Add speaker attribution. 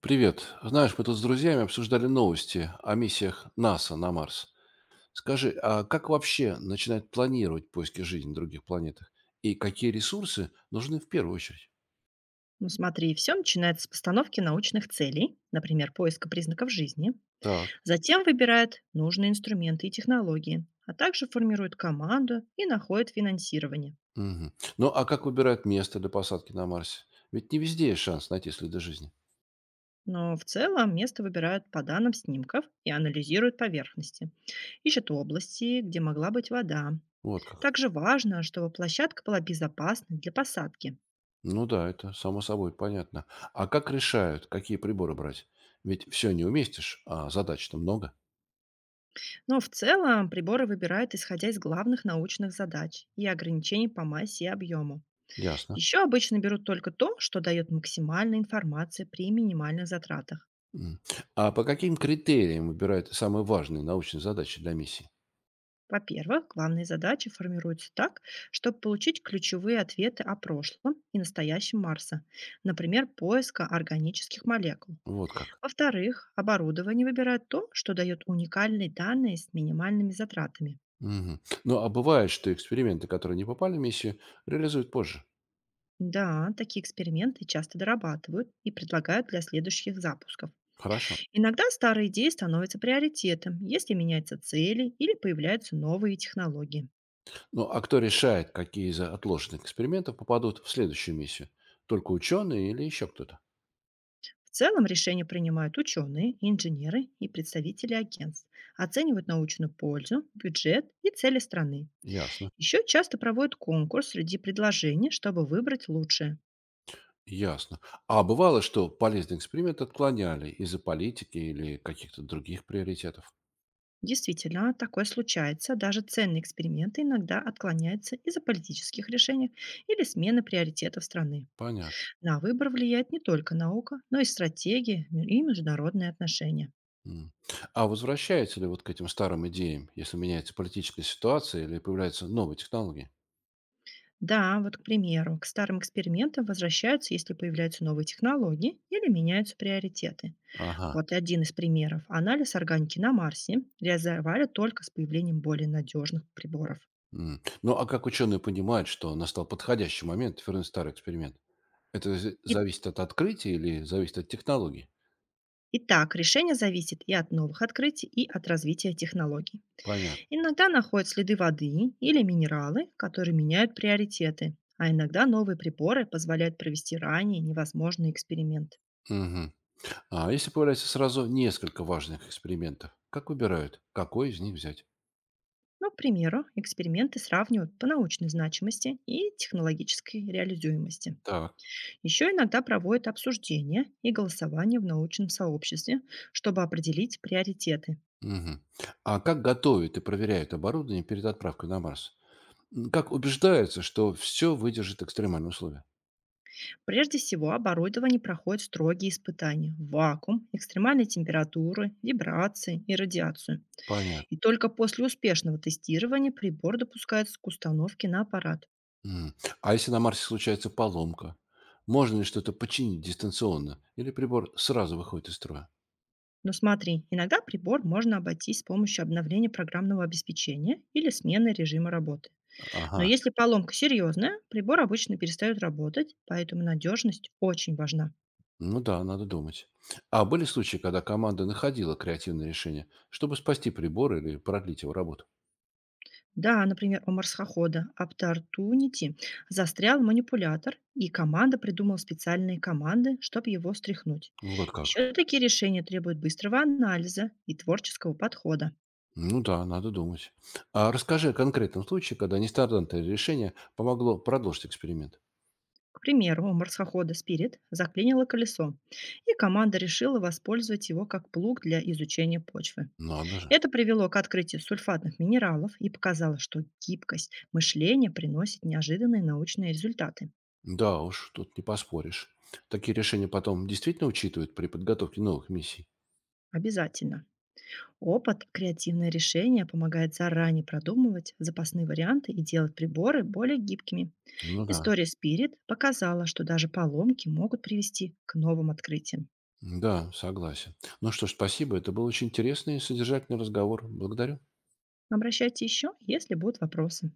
Speaker 1: Привет. Знаешь, мы тут с друзьями обсуждали новости о миссиях НАСА на Марс. Скажи, а как вообще начинать планировать поиски жизни на других планетах? И какие ресурсы нужны в первую очередь?
Speaker 2: Ну смотри, все начинается с постановки научных целей, например, поиска признаков жизни.
Speaker 1: Так.
Speaker 2: Затем выбирают нужные инструменты и технологии, а также формируют команду и находят финансирование.
Speaker 1: Мгм. Ну, а как выбирают место для посадки на Марсе? Ведь не везде есть шанс найти следы жизни.
Speaker 2: Но в целом место выбирают по данным снимков и анализируют поверхности. Ищут области, где могла быть вода.
Speaker 1: Вот как.
Speaker 2: Также важно, чтобы площадка была безопасной для посадки.
Speaker 1: Ну да, это само собой понятно. А как решают, какие приборы брать? Ведь все не уместишь, а задач-то много.
Speaker 2: Но в целом приборы выбирают исходя из главных научных задач и ограничений по массе и объему.
Speaker 1: Ясно.
Speaker 2: Еще обычно берут только то, что дает максимальной информации при минимальных затратах.
Speaker 1: М. А по каким критериям выбирают самые важные научные задачи для миссии?
Speaker 2: Во-первых, главные задачи формируются так, чтобы получить ключевые ответы о прошлом и настоящем Марса, например, поиска органических молекул.
Speaker 1: Вот как.
Speaker 2: Во-вторых, оборудование выбирает то, что дает уникальные данные с минимальными затратами.
Speaker 1: Мгм. Ну, а бывает, что эксперименты, которые не попали в миссию, реализуют позже.
Speaker 2: Да, такие эксперименты часто дорабатывают и предлагают для следующих запусков.
Speaker 1: Хорошо.
Speaker 2: Иногда старые идеи становятся приоритетом, если меняются цели или появляются новые технологии.
Speaker 1: Ну, а кто решает, какие из отложенных экспериментов попадут в следующую миссию? Только ученые или еще кто-то?
Speaker 2: В целом решения принимают ученые, инженеры и представители агентств, оценивают научную пользу, бюджет и цели страны.
Speaker 1: Ясно.
Speaker 2: Еще часто проводят конкурс среди предложений, чтобы выбрать лучшее.
Speaker 1: Ясно. А бывало, что полезный эксперимент отклоняли из-за политики или каких-то других приоритетов?
Speaker 2: Действительно, такое случается, даже ценные эксперименты иногда отклоняются из-за политических решений или смены приоритетов страны.
Speaker 1: Понятно.
Speaker 2: На выбор влияет не только наука, но и стратегия и международные отношения.
Speaker 1: М. А возвращается ли вот к этим старым идеям, если меняется политическая ситуация или появляются новые технологии?
Speaker 2: Да, вот, к примеру, к старым экспериментам возвращаются, если появляются новые технологии или меняются приоритеты.
Speaker 1: Ага.
Speaker 2: Вот один из примеров. Анализ органики на Марсе реализовали только с появлением более надежных приборов.
Speaker 1: М. Ну, а как ученые понимают, что настал подходящий момент вернуть старый эксперимент? Это
Speaker 2: И-
Speaker 1: зависит от открытия или зависит от технологии?
Speaker 2: Итак, решение зависит и от новых открытий, и от развития технологий.
Speaker 1: Понятно.
Speaker 2: Иногда находят следы воды или минералы, которые меняют приоритеты, а иногда новые приборы позволяют провести ранее невозможный эксперимент.
Speaker 1: Мгм. А если появляется сразу несколько важных экспериментов, как выбирают, какой из них взять?
Speaker 2: Ну, к примеру, эксперименты сравнивают по научной значимости и технологической реализуемости.
Speaker 1: Так.
Speaker 2: Еще иногда проводят обсуждения и голосование в научном сообществе, чтобы определить приоритеты.
Speaker 1: Мгм. А как готовят и проверяют оборудование перед отправкой на Марс? М, как убеждаются, что все выдержит экстремальные условия?
Speaker 2: Прежде всего, оборудование проходит строгие испытания – вакуум, экстремальные температуры, вибрации и радиацию.
Speaker 1: Понятно.
Speaker 2: И только после успешного тестирования прибор допускается к установке на аппарат.
Speaker 1: М. А если на Марсе случается поломка, можно ли что-то починить дистанционно? Или прибор сразу выходит из строя?
Speaker 2: Но смотри, иногда прибор можно обойтись с помощью обновления программного обеспечения или смены режима работы. Но
Speaker 1: Ага.
Speaker 2: если поломка серьезная, прибор обычно перестает работать, поэтому надежность очень важна.
Speaker 1: Ну да, надо думать. А были случаи, когда команда находила креативное решение, чтобы спасти прибор или продлить его работу?
Speaker 2: Да, например, у марсохода Opportunity застрял манипулятор, и команда придумала специальные команды, чтобы его стряхнуть.
Speaker 1: Вот как.
Speaker 2: Еще такие решения требуют быстрого анализа и творческого подхода.
Speaker 1: Ну да, надо думать. А расскажи о конкретном случае, когда нестандартное решение помогло продолжить эксперимент.
Speaker 2: К примеру, у марсохода Spirit заклинило колесо, и команда решила воспользовать его как плуг для изучения почвы.
Speaker 1: Надо же.
Speaker 2: Это привело к открытию сульфатных минералов и показало, что гибкость мышления приносит неожиданные научные результаты.
Speaker 1: Да уж, тут не поспоришь. Такие решения потом действительно учитывают при подготовке новых миссий?
Speaker 2: Обязательно. Опыт, креативное решение помогает заранее продумывать запасные варианты и делать приборы более гибкими.
Speaker 1: Ну да.
Speaker 2: История Spirit показала, что даже поломки могут привести к новым открытиям.
Speaker 1: Да, согласен. Ну что ж, спасибо. Это был очень интересный и содержательный разговор. Благодарю.
Speaker 2: Обращайтесь еще, если будут вопросы.